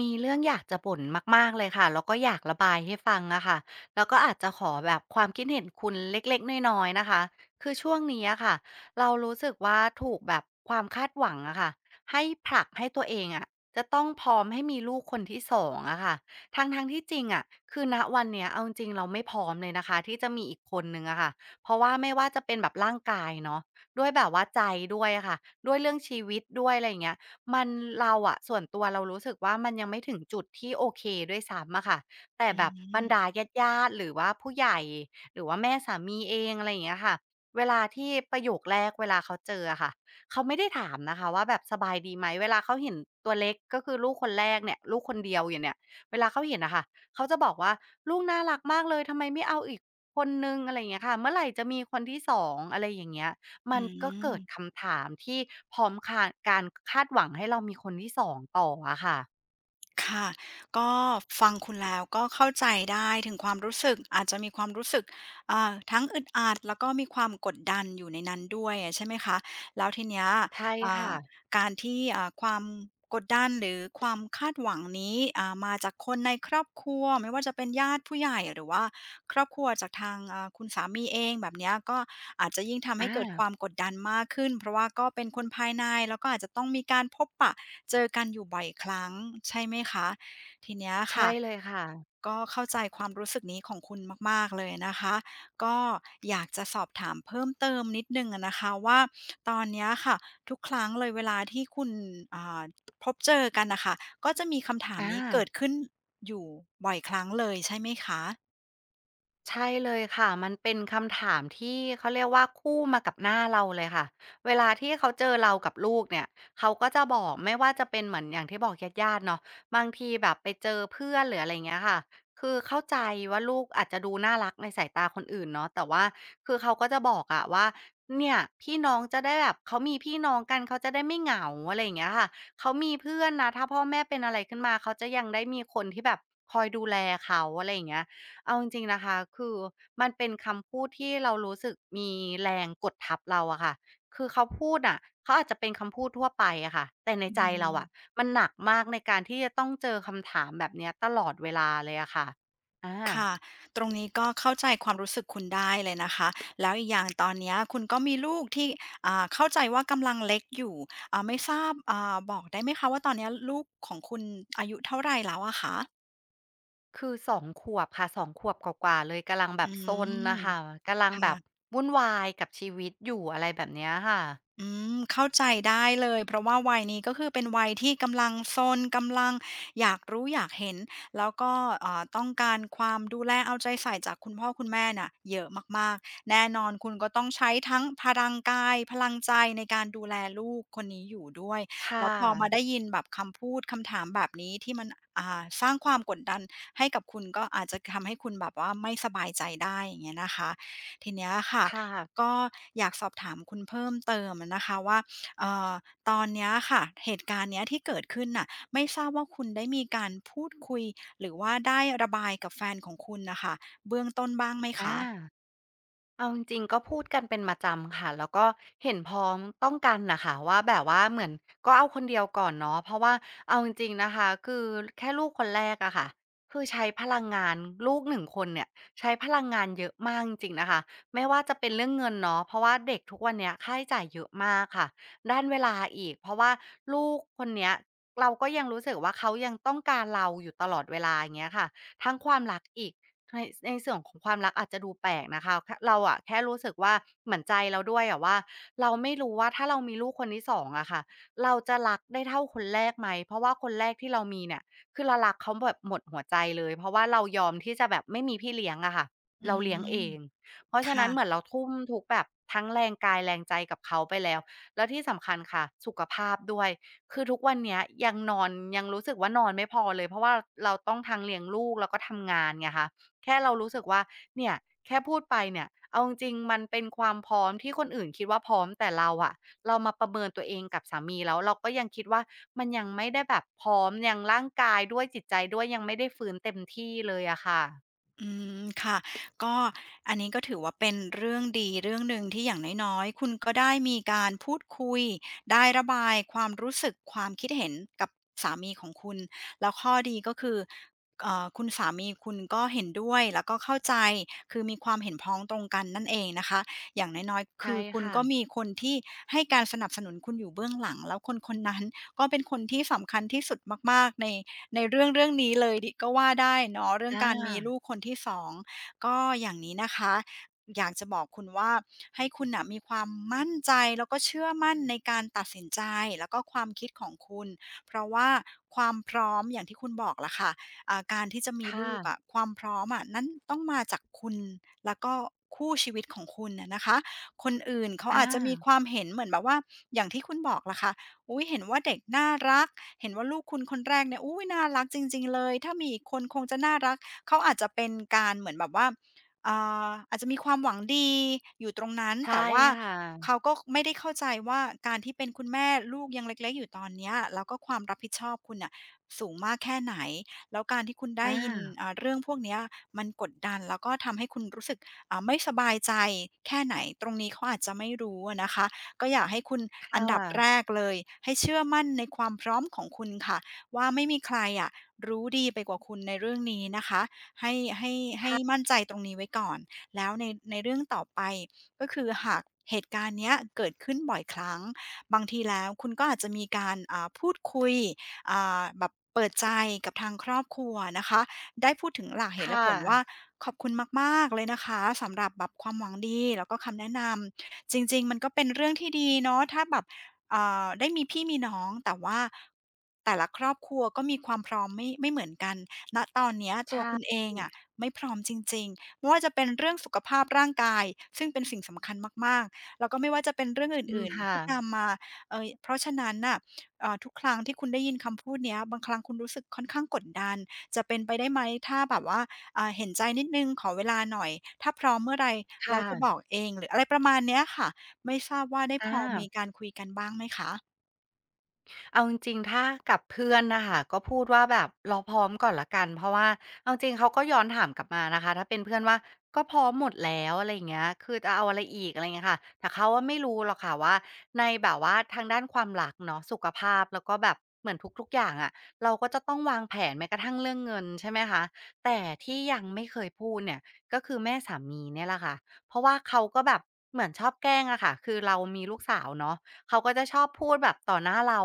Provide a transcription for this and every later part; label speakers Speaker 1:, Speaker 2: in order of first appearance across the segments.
Speaker 1: มีเรื่องอยากจะบ่นมากๆเลยค่ะแล้วก็อยากระบายให้ฟังอะค่ะแล้วก็อาจจะขอแบบความคิดเห็นคุณเล็กๆน้อยๆนะคะคือช่วงนี้อะค่ะเรารู้สึกว่าถูกแบบความคาดหวังอะค่ะให้ผลักให้ตัวเองอะจะต้องพร้อมให้มีลูกคนที่สองอะค่ะทั้งๆที่จริงอะคือณวันเนี้ยเอาจริงๆเราไม่พร้อมเลยนะคะที่จะมีอีกคนหนึ่งอะค่ะเพราะว่าไม่ว่าจะเป็นแบบร่างกายเนาะด้วยแบบว่าใจด้วยอะค่ะด้วยเรื่องชีวิตด้วยอะไรอย่างเงี้ย มันเราอะส่วนตัวเรารู้สึกว่ามันยังไม่ถึงจุดที่โอเคด้วยซ้ำอะค่ะแต่
Speaker 2: อื
Speaker 1: แบบบรร
Speaker 2: ม
Speaker 1: ดาญาติๆหรือว่าผู้ใหญ่หรือว่าแม่สามีเองอะไรอย่างเงี้ยค่ะเวลาที่ประโยคแรกเวลาเขาเจออะค่ะเขาไม่ได้ถามนะคะว่าแบบสบายดีไหมเวลาเขาเห็นตัวเล็กก็คือลูกคนแรกเนี่ยลูกคนเดียวอยู่เนี่ยเวลาเขาเห็นอะค่ะเขาจะบอกว่าลูกน่ารักมากเลยทำไมไม่เอาอีกคนหนึ่งอะไรอย่างเงี้ยค่ะเมื่อไหร่จะมีคนที่สองอะไรอย่างเงี้ย
Speaker 2: อื
Speaker 1: มันก็เกิด
Speaker 2: ม
Speaker 1: คำถามที่พร้อมคาการคาดหวังให้เรามีคนที่สองต่ออะค่ะ
Speaker 2: ค่ะ ก็ฟังคุณแล้วก็เข้าใจได้ถึงความรู้สึกอาจจะมีความรู้สึกทั้งอึดอัดแล้วก็มีความกดดันอยู่ในนั้นด้วยอะใช่ไหมคะแล้วทีเนี้ย
Speaker 1: ใช่
Speaker 2: อ่า
Speaker 1: ค่ะ
Speaker 2: การที่ความกดดันหรือความคาดหวังนี้มาจากคนในครอบครัวไม่ว่าจะเป็นญาติผู้ใหญ่หรือว่าครอบครัวจากทางคุณสามีเองแบบเนี้ยก็อาจจะยิ่งทำให้เกิดค
Speaker 1: อา
Speaker 2: วามกดดันมากขึ้นเพราะว่าก็เป็นคนภายในแล้วก็อาจจะต้องมีการพบปะ เจอกันอยู่บ่อยครั้งใช่ไหมคะทีเนี้ย
Speaker 1: ใช่
Speaker 2: ค่ะ
Speaker 1: เลยค่ะ
Speaker 2: ก็เข้าใจความรู้สึกนี้ของคุณมากๆเลยนะคะก็อยากจะสอบถามเพิ่มเติมนิดหนึ่งอะนะคะว่าตอนเนี้ยค่ะทุกครั้งเลยเวลาที่คุณอ่าพบเจอกันน่ะค่ะก็จะมีคำถามนี้เกิ
Speaker 1: อา
Speaker 2: ดขึ้นอยู่บ่อยครั้งเลยใช่ไหมคะ
Speaker 1: ใช่เลยค่ะมันเป็นคำถามที่เขาเรียกว่าคู่มากับหน้าเราเลยค่ะเวลาที่เขาเจอเรากับลูกเนี่ยเขาก็จะบอกไม่ว่าจะเป็นเหมือนอย่างที่บอกญาติๆเนาะบางทีแบบไปเจอเพื่อนหรืออะไรอย่างเงี้ยค่ะคือเข้าใจว่าลูกอาจจะดูน่ารักในสายตาคนอื่นเนาะแต่ว่าคือเขาก็จะบอกอะว่าเนี่ยพี่น้องจะได้แบบเขามีพี่น้องกันเขาจะได้ไม่เหงาอะไรอย่างเงี้ยค่ะเขามีเพื่อนนะถ้าพ่อแม่เป็นอะไรขึ้นมาเขาจะยังได้มีคนที่แบบคอยดูแลเขาอะไรอย่างเงี้ย เอาจริงๆนะคะคือมันเป็นคำพูดที่เรารู้สึกมีแรงกดทับเราอะค่ะคือเขาพูดอะเขาอาจจะเป็นคำพูดทั่วไปอะค่ะแต่ใน
Speaker 2: อื
Speaker 1: ใจเราอะ
Speaker 2: ม
Speaker 1: มันหนักมากในการที่จะต้องเจอคำถามแบบเนี้ยตลอดเวลาเลยอะค่ะอา
Speaker 2: ค่ะตรงนี้ก็เข้าใจความรู้สึกคุณได้เลยนะคะแล้วอีกอย่างตอนเนี้ยคุณก็มีลูกที่เข้าใจว่ากำลังเล็กอยู่ไม่ทราบบอกได้ไหมคะว่าตอนเนี้ยลูกของคุณอายุเท่าไรแล้วอะคะ
Speaker 1: คือสองขวบค่ะสองขวบกว่าๆเลยกำลังแบ
Speaker 2: อื
Speaker 1: บซนนะ
Speaker 2: ม
Speaker 1: คะกำลังแบบ
Speaker 2: ค่ะ
Speaker 1: วุ่นวายกับชีวิตอยู่อะไรแบบเนี้ยค่ะ
Speaker 2: อืมเข้าใจได้เลยเพราะว่าวัยนี้ก็คือเป็นวัยที่กำลังซนกำลังอยากรู้อยากเห็นแล้วก็ต้องการความดูแลเอาใจใส่จากคุณพ่อคุณแม่น่ะเยอะมากๆแน่นอนคุณก็ต้องใช้ทั้งพลังกายพลังใจในการดูแลลูกคนนี้อยู่ด้วยแล้
Speaker 1: ค่ะ
Speaker 2: วพอมาได้ยินแบบคำพูดคำถามแบบนี้ที่มันสร้างความกดดันให้กับคุณก็อาจจะทำให้คุณแบบว่าไม่สบายใจได้อย่างเงี้ยนะคะทีเนี้ยค่ะ
Speaker 1: ค่ะ
Speaker 2: ก็อยากสอบถามคุณเพิ่มเติมอะนะคะว่าเอ่อตอนเนี้ยค่ะเหตุการณ์เนี้ยที่เกิดขึ้นน่ะไม่ทราบว่าคุณได้มีการพูดคุยหรือว่าได้ระบายกับแฟนของคุณน่ะค่ะเบื้องต้นบ้างไหม
Speaker 1: อ
Speaker 2: คะ
Speaker 1: า เอาจริงๆก็พูดกันเป็นประจำค่ะแล้วก็เห็นพ้องต้องกันนะคะว่าแบบว่าเหมือนก็เอาคนเดียวก่อนเนาะเพราะว่าเอาจริงๆนะคะคือแค่ลูกคนแรกอะค่ะคือใช้พลังงานลูกหนึ่งคนเนี่ยใช้พลังงานเยอะมากจริงๆนะคะไม่ว่าจะเป็นเรื่องเงินเนาะเพราะว่าเด็กทุกวันเนี้ยค่าใช้จ่ายเยอะมากค่ะด้านเวลาอีกเพราะว่าลูกคนเนี้ยเราก็ยังรู้สึกว่าเขายังต้องการเราอยู่ตลอดเวลาอย่างเงี้ยค่ะทั้งความรักอีก ในในส่วนของความรักอาจจะดูแปลกนะคะคเราอะแค่รู้สึกว่าเหมือนใจเราด้วยอะว่าเราไม่รู้ว่าถ้าเรามีลูกคนที่2องอะค่ะเราจะรักได้เท่าคนแรกไหมเพราะว่าคนแรกที่เรามีเนี่ยคือเรารักเขาแบบหมดหัวใจเลยเพราะว่าเรายอมที่จะแบบไม่มีพี่เลี้ยงอะค่ะ
Speaker 2: อื
Speaker 1: เราเลี้ยง
Speaker 2: ม
Speaker 1: เองเพราะฉะ
Speaker 2: ค่ะ
Speaker 1: นั้นเหมือนเราทุ่มทุกแบบทั้งแรงกายแรงใจกับเขาไปแล้วแล้วที่สำคัญค่ะสุขภาพด้วยคือทุกวันเนี้ยยังนอนยังรู้สึกว่านอนไม่พอเลยเพราะว่าเราต้องทั้งเลี้ยงลูกแล้วก็ทำงานไงคะ แค่เรารู้สึกว่าเนี่ยแค่พูดไปเนี่ยเอาจริงๆมันเป็นความพร้อมที่คนอื่นคิดว่าพร้อมแต่เราอะเรามาประเมินตัวเองกับสามีแล้วเราก็ยังคิดว่ามันยังไม่ได้แบบพร้อมยังร่างกายด้วยจิตใจด้วยยังไม่ได้ฟื้นเต็มที่เลยอะค่ะ
Speaker 2: อืมค่ะก็อันนี้ก็ถือว่าเป็นเรื่องดีเรื่องหนึ่งที่อย่างน้อยๆคุณก็ได้มีการพูดคุยได้ระบายความรู้สึกความคิดเห็นกับสามีของคุณแล้วข้อดีก็คือคุณสามีคุณก็เห็นด้วยแล้วก็เข้าใจคือมีความเห็นพ้องตรงกันนั่นเองนะคะอย่างน้อยๆคื
Speaker 1: ใช่
Speaker 2: อคุณ
Speaker 1: ค่ะ
Speaker 2: ก็มีคนที่ให้การสนับสนุนคุณอยู่เบื้องหลังแล้วคนๆนั้นก็เป็นคนที่สำคัญที่สุดมากๆใน ในเรื่องเรื่องนี้เลยดิก็ว่าได้เนาะเรื่อง
Speaker 1: อา
Speaker 2: การมีลูกคนที่สองก็อย่างนี้นะคะอยากจะบอกคุณว่าให้คุณน่ะมีความมั่นใจแล้วก็เชื่อมั่นในการตัดสินใจแล้วก็ความคิดของคุณเพราะว่าความพร้อมอย่างที่คุณบอกล่ะค่ะการที่จะมี
Speaker 1: ค่ะ
Speaker 2: ลูกอะความพร้อมอะนั้นต้องมาจากคุณแล้วก็คู่ชีวิตของคุณน่ะนะคะคนอื่นเขาอาจจะมี
Speaker 1: อา
Speaker 2: ความเห็นเหมือนแบบว่าอย่างที่คุณบอกล่ะค่ะอุ๊ยเห็นว่าเด็กน่ารัก เห็นว่าลูกคุณคนแรกเนี่ยอุ้ยน่ารักจริงๆเลยถ้ามีอีกคนคงจะน่ารักเขาอาจจะเป็นการเหมือนแบบว่าอ่อาจจะมีความหวังดีอยู่ตรงนั้น
Speaker 1: ใช่
Speaker 2: แต่ว่า
Speaker 1: ค่ะ
Speaker 2: เขาก็ไม่ได้เข้าใจว่าการที่เป็นคุณแม่ลูกยังเล็กๆอยู่ตอนเนี้ยแล้วก็ความรับผิดชอบคุณน่ะสูงมากแค่ไหนแล้วการที่คุณได้ยิน
Speaker 1: อา
Speaker 2: เรื่องพวกเนี้ยมันกดดันแล้วก็ทำให้คุณรู้สึกไม่สบายใจแค่ไหนตรงนี้เขาอาจจะไม่รู้อะนะคะ ก็อยากให้คุณอั
Speaker 1: ค่
Speaker 2: นดับแร
Speaker 1: ะ
Speaker 2: กเลยให้เชื่อมั่นในความพร้อมของคุณค่ะว่าไม่มีใครอะรู้ดีไปกว่าคุณในเรื่องนี้นะคะให้ให้ให้
Speaker 1: ค่ะ
Speaker 2: มั่นใจตรงนี้ไว้ก่อนแล้วในเรื่องต่อไปก็คือหากเหตุการณ์เนี้ยเกิดขึ้นบ่อยครั้งบางทีแล้วคุณก็อาจจะมีการพูดคุยแบบเปิดใจกับทางครอบครัวนะคะได้พูดถึงหลักเหตุและ
Speaker 1: ค่ะ
Speaker 2: ผลว่าขอบคุณมากๆเลยนะคะสำหรับแบบความหวังดีแล้วก็คำแนะนำ จริงๆมันก็เป็นเรื่องที่ดีเนาะถ้าแบบเอ่ได้มีพี่มีน้องแต่ว่าแต่ละครอบครัวก็มีความพร้อมไม่เหมือนกันณตอนเนี้ยตัวคุณ
Speaker 1: ใช่
Speaker 2: เองอะไม่พร้อมจริงๆไม่ว่าจะเป็นเรื่องสุขภาพร่างกายซึ่งเป็นสิ่งสำคัญมากๆแล้วก็ไม่ว่าจะเป็นเรื่อง
Speaker 1: จ
Speaker 2: อ
Speaker 1: ริง
Speaker 2: ื่นๆ
Speaker 1: ค่ะ
Speaker 2: ที่ตามมาเพราะฉะนั้นน่ะทุกครั้งที่คุณได้ยินคำพูดเนี้ยบางครั้งคุณรู้สึกค่อนข้างกดดันจะเป็นไปได้ไหมถ้าแบบว่า เห็นใจนิดหนึ่งขอเวลาหน่อยถ้าพร้อมเมื่อไรแล้วจะบ
Speaker 1: ค่ะ
Speaker 2: อกเองหรืออะไรประมาณเนี้ยค่ะไม่ทราบว่าได้พอมี
Speaker 1: อา
Speaker 2: การคุยกันบ้างไหมคะ
Speaker 1: เอาจริงๆถ้ากับเพื่อนนะคะก็พูดว่าแบบรอพร้อมก่อนแล้วกันเพราะว่าเอาจริงเขาก็ย้อนถามกลับมานะคะถ้าเป็นเพื่อนว่าก็พร้อมหมดแล้วอะไรอย่างเงี้ยคือจะเอาอะไรอีกอะไราเงี้ยค่ะแต่เขาไม่รู้หรอกค่ะว่าในแบบว่าทางด้านความรักเนาะสุขภาพแล้วก็แบบเหมือนทุกๆอย่างอะเราก็จะต้องวางแผนแม้กระทั่งเรื่องเงินใช่ไหมคะแต่ที่ยังไม่เคยพูดเนี่ยก็คือแม่สามีเนี่ยแหละค่ะเพราะว่าเขาก็แบบเหมือนชอบแกล้งอะค่ะคือเรามีลูกสาวเนาะ เขาก็จะชอบพูดแบบต่อหน้าเรา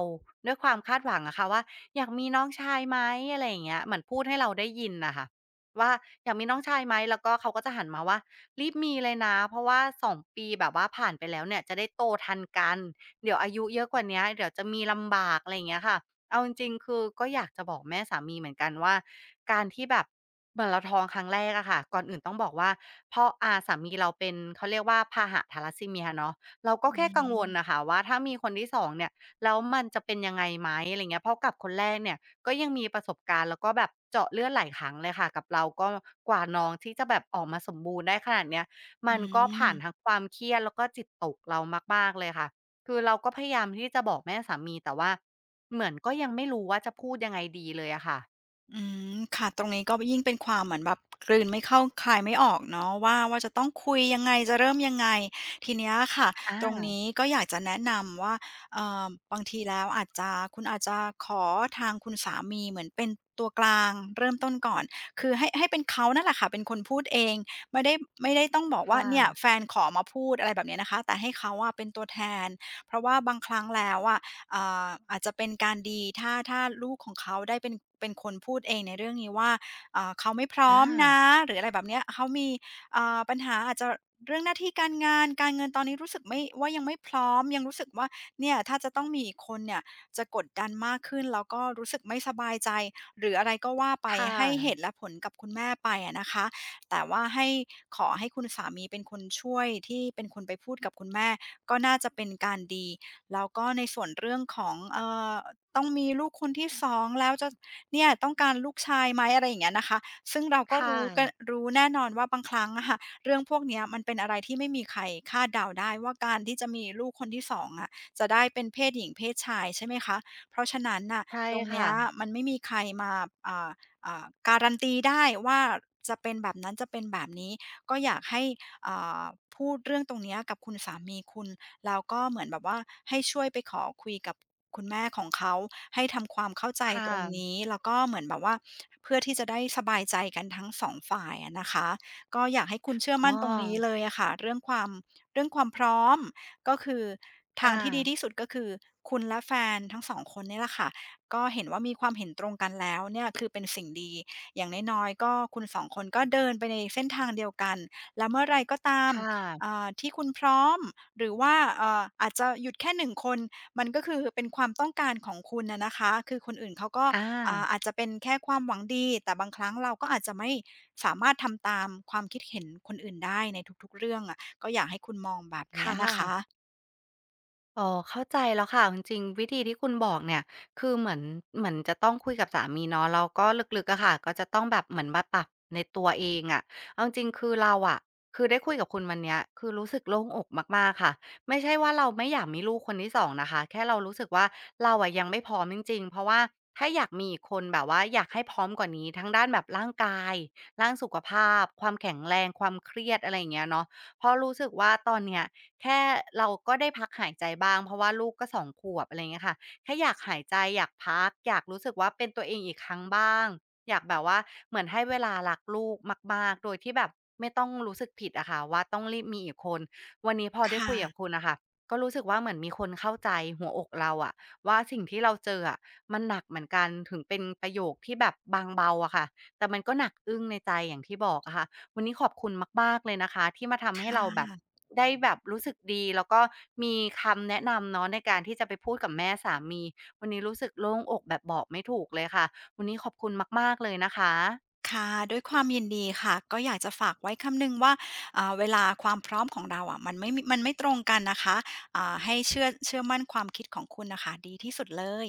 Speaker 1: ด้วยความคาดหวังอะค่ะว่าอยากมีน้องชายไหมอะไรอย่างเงี้ยเหมือนพูดให้เราได้ยินน่ะค่ะว่าอยากมีน้องชายไหมแล้วก็เขาก็จะหันมาว่ารีบมีเลยนะเพราะว่า2ปีแบบว่าผ่านไปแล้วเนี่ยจะได้โตทันกันเดี๋ยวอายุเยอะกว่าเนี้ยเดี๋ยวจะมีลำบากอะไรอย่างเงี้ยค่ะเอาจริงๆคือก็อยากจะบอกแม่สามีเหมือนกันว่าการที่แบบเหมือนเราท้องครั้งแรกอะค่ะก่อนอื่นต้องบอกว่าพ่อสามีเราเป็นเขาเรียกว่าพาหะทาลัสซีเมียเนาะ เราก็
Speaker 2: อื
Speaker 1: แค่กังวล
Speaker 2: ม
Speaker 1: น่ะค่ะว่าถ้ามีคนที่2เนี่ยแล้วมันจะเป็นยังไงไหมอะไรเงี้ยเพราะกับคนแรกเนี่ยก็ยังมีประสบการณ์แล้วก็แบบเจาะเลือดหลายครั้งเลยค่ะกับเราก็กว่าน้องที่จะแบบออกมาสมบูรณ์ได้ขนาดเนี้ย
Speaker 2: อื
Speaker 1: มันก็ผ่านทั้ง
Speaker 2: ม
Speaker 1: ความเครียดแล้วก็จิตตกเรามากๆเลยค่ะคือเราก็พยายามที่จะบอกแม่สามีแต่ว่าเหมือนก็ยังไม่รู้ว่าจะพูดยังไงดีเลยอะค่ะ
Speaker 2: อืมค่ะตรงนี้ก็ยิ่งเป็นความเหมือนแบบกลืนไม่เข้าคายไม่ออกเนาะว่าจะต้องคุยยังไงจะเริ่มยังไงทีเนี้ยค่ะ
Speaker 1: อา
Speaker 2: ตรงนี้ก็อยากจะแนะนำว่าเอ่อบางทีแล้วอาจจะคุณอาจจะขอทางคุณสามีเหมือนเป็นตัวกลางเริ่มต้นก่อนคือให้เป็นเขานั่นแหละค่ะเป็นคนพูดเองไม่ได้ไม่ได้ต้องบอกว่า
Speaker 1: ค่ะ
Speaker 2: เนี่ยแฟนขอมาพูดอะไรแบบเนี้ยนะคะแต่ให้เขาอะเป็นตัวแทนเพราะว่าบางครั้งแล้วอะ อาจจะเป็นการดีถ้าลูกของเขาได้เป็นคนพูดเองในเรื่องนี้ว่าเขาไม่พร้อม
Speaker 1: อา
Speaker 2: นะหรืออะไรแบบเนี้ยเขามีปัญหาอาจจะเรื่องหน้าที่การงานการเงินตอนนี้รู้สึกไม่ว่ายังไม่พร้อมยังรู้สึกว่าเนี่ยถ้าจะต้องมีอีกคนเนี่ยจะกดดันมากขึ้นแล้วก็รู้สึกไม่สบายใจหรืออะไรก็ว่าไป
Speaker 1: ค่ะ
Speaker 2: ให้เหตุและผลกับคุณแม่ไปอะนะคะแต่ว่าให้ขอให้คุณสามีเป็นคนช่วยที่เป็นคนไปพูดกับคุณแม่ก็น่าจะเป็นการดี แล้วก็ในส่วนเรื่องของอต้องมีลูกคนที่2แล้วจะเนี่ยต้องการลูกชายไหมอะไรอย่างเงี้ยนะคะซึ่งเราก็
Speaker 1: ค่ะ
Speaker 2: รู้กันรู้แน่นอนว่าบางครั้งอะค่ะเรื่องพวกเนี้ยมันเป็นอะไรที่ไม่มีใครคาดเดาได้ว่าการที่จะมีลูกคนที่2องอะจะได้เป็นเพศหญิงเพศชายใช่ไหมคะเพราะฉะนั้นน่ะ
Speaker 1: ใช่
Speaker 2: ตรงเนี้
Speaker 1: ค่ะ
Speaker 2: ยมันไม่มีใครมาอ่าการันตีได้ว่าจะเป็นแบบนั้นจะเป็นแบบนี้ก็อยากให้ อ่าพูดเรื่องตรงเนี้ยกับคุณสามีคุณแล้วก็เหมือนแบบว่าให้ช่วยไปขอคุยกับคุณแม่ของเขาให้ทำความเข้าใจ
Speaker 1: ค่
Speaker 2: ตรง
Speaker 1: ะ
Speaker 2: นี้แล้วก็เหมือนแบบว่าเพื่อที่จะได้สบายใจกันทั้งสองฝ่ายอะนะคะก็อยากให้คุณเชื่อ
Speaker 1: อ้
Speaker 2: มั่นตรงนี้
Speaker 1: อ
Speaker 2: เลยอะค่ะเรื่องความพร้อมก็คือทาง
Speaker 1: ค่ะ
Speaker 2: ที่ดีที่สุดก็คือคุณและแฟนทั้งสองคนเนี่ยแหละค่ะก็เห็นว่ามีความเห็นตรงกันแล้วเนี่ยคือเป็นสิ่งดีอย่างน้อยๆก็คุณสองคนก็เดินไปในเส้นทางเดียวกัน แล้วเมื่อไรก็ตาม
Speaker 1: ค่ะ
Speaker 2: ที่คุณพร้อมหรือว่าอาจจะหยุดแค่หนึ่งคนมันก็คือเป็นความต้องการของคุณน่ะนะคะคือคนอื่นเขาก็
Speaker 1: อา
Speaker 2: อาจจะเป็นแค่ความหวังดีแต่บางครั้งเราก็อาจจะไม่สามารถทำตามความคิดเห็นคนอื่นได้ในทุกๆเรื่องอะก็อยากให้คุณมองแบบเนี้ย
Speaker 1: ค่ะ
Speaker 2: นะคะ
Speaker 1: อ๋อเข้าใจแล้วค่ะจริงๆวิธีที่คุณบอกเนี่ยคือเหมือนจะต้องคุยกับสามีเนาะแล้วก็ลึกๆอะค่ะก็จะต้องแบบเหมือนมาปรับในตัวเองอะเอาจริงๆคือเราอะคือได้คุยกับคุณวันเนี้ยคือรู้สึกโล่งอกมากๆค่ะไม่ใช่ว่าเราไม่อยากมีลูกคนที่สองนะคะแค่เรารู้สึกว่าเราอะยังไม่พร้อมจริงๆเพราะว่าถ้าอยากมีอีกคนแบบว่าอยากให้พร้อมกว่านี้ทั้งด้านแบบร่างกายด้านสุขภาพความแข็งแรงความเครียดอะไรอย่างเงี้ยเนาะเพราะรู้สึกว่าตอนเนี้ย แค่เราก็ได้พักหายใจบ้างเพราะว่าลูกก็สองขวบอะไรเงี้ยค่ะแค่อยากหายใจอยากพักอยากรู้สึกว่าเป็นตัวเองอีกครั้งบ้างอยากแบบว่าเหมือนให้เวลารักลูกมากๆโดยที่แบบไม่ต้องรู้สึกผิดอะค่ะว่าต้องรีบมีอีกคนวันนี้พอได้
Speaker 2: ค่ะ
Speaker 1: คุยกับคุณน่ะค่ะก็รู้สึกว่าเหมือนมีคนเข้าใจหัวอกเราอะว่าสิ่งที่เราเจออะมันหนักเหมือนกันถึงเป็นประโยคที่แบบบางเบาอะค่ะแต่มันก็หนักอึ้งในใจอย่างที่บอกอะค่ะวันนี้ขอบคุณมากๆเลยนะคะที่มา
Speaker 2: ค
Speaker 1: ทำให้เราแบบ
Speaker 2: ่ะ
Speaker 1: ได้แบบรู้สึกดีแล้วก็มีคำแนะนำเนาะในการที่จะไปพูดกับแม่สามีวันนี้รู้สึกโล่งอกแบบบอกไม่ถูกเลยค่ะวันนี้ขอบคุณมากๆเลยนะคะ
Speaker 2: ค่ะด้วยความยินดีค่ะก็อยากจะฝากไว้คำหนึ่งว่าเวลาความพร้อมของเราอะมันไม่มีมันไม่ตรงกันนะคะให้เชื่อมั่นความคิดของคุณน่ะค่ะดีที่สุดเลย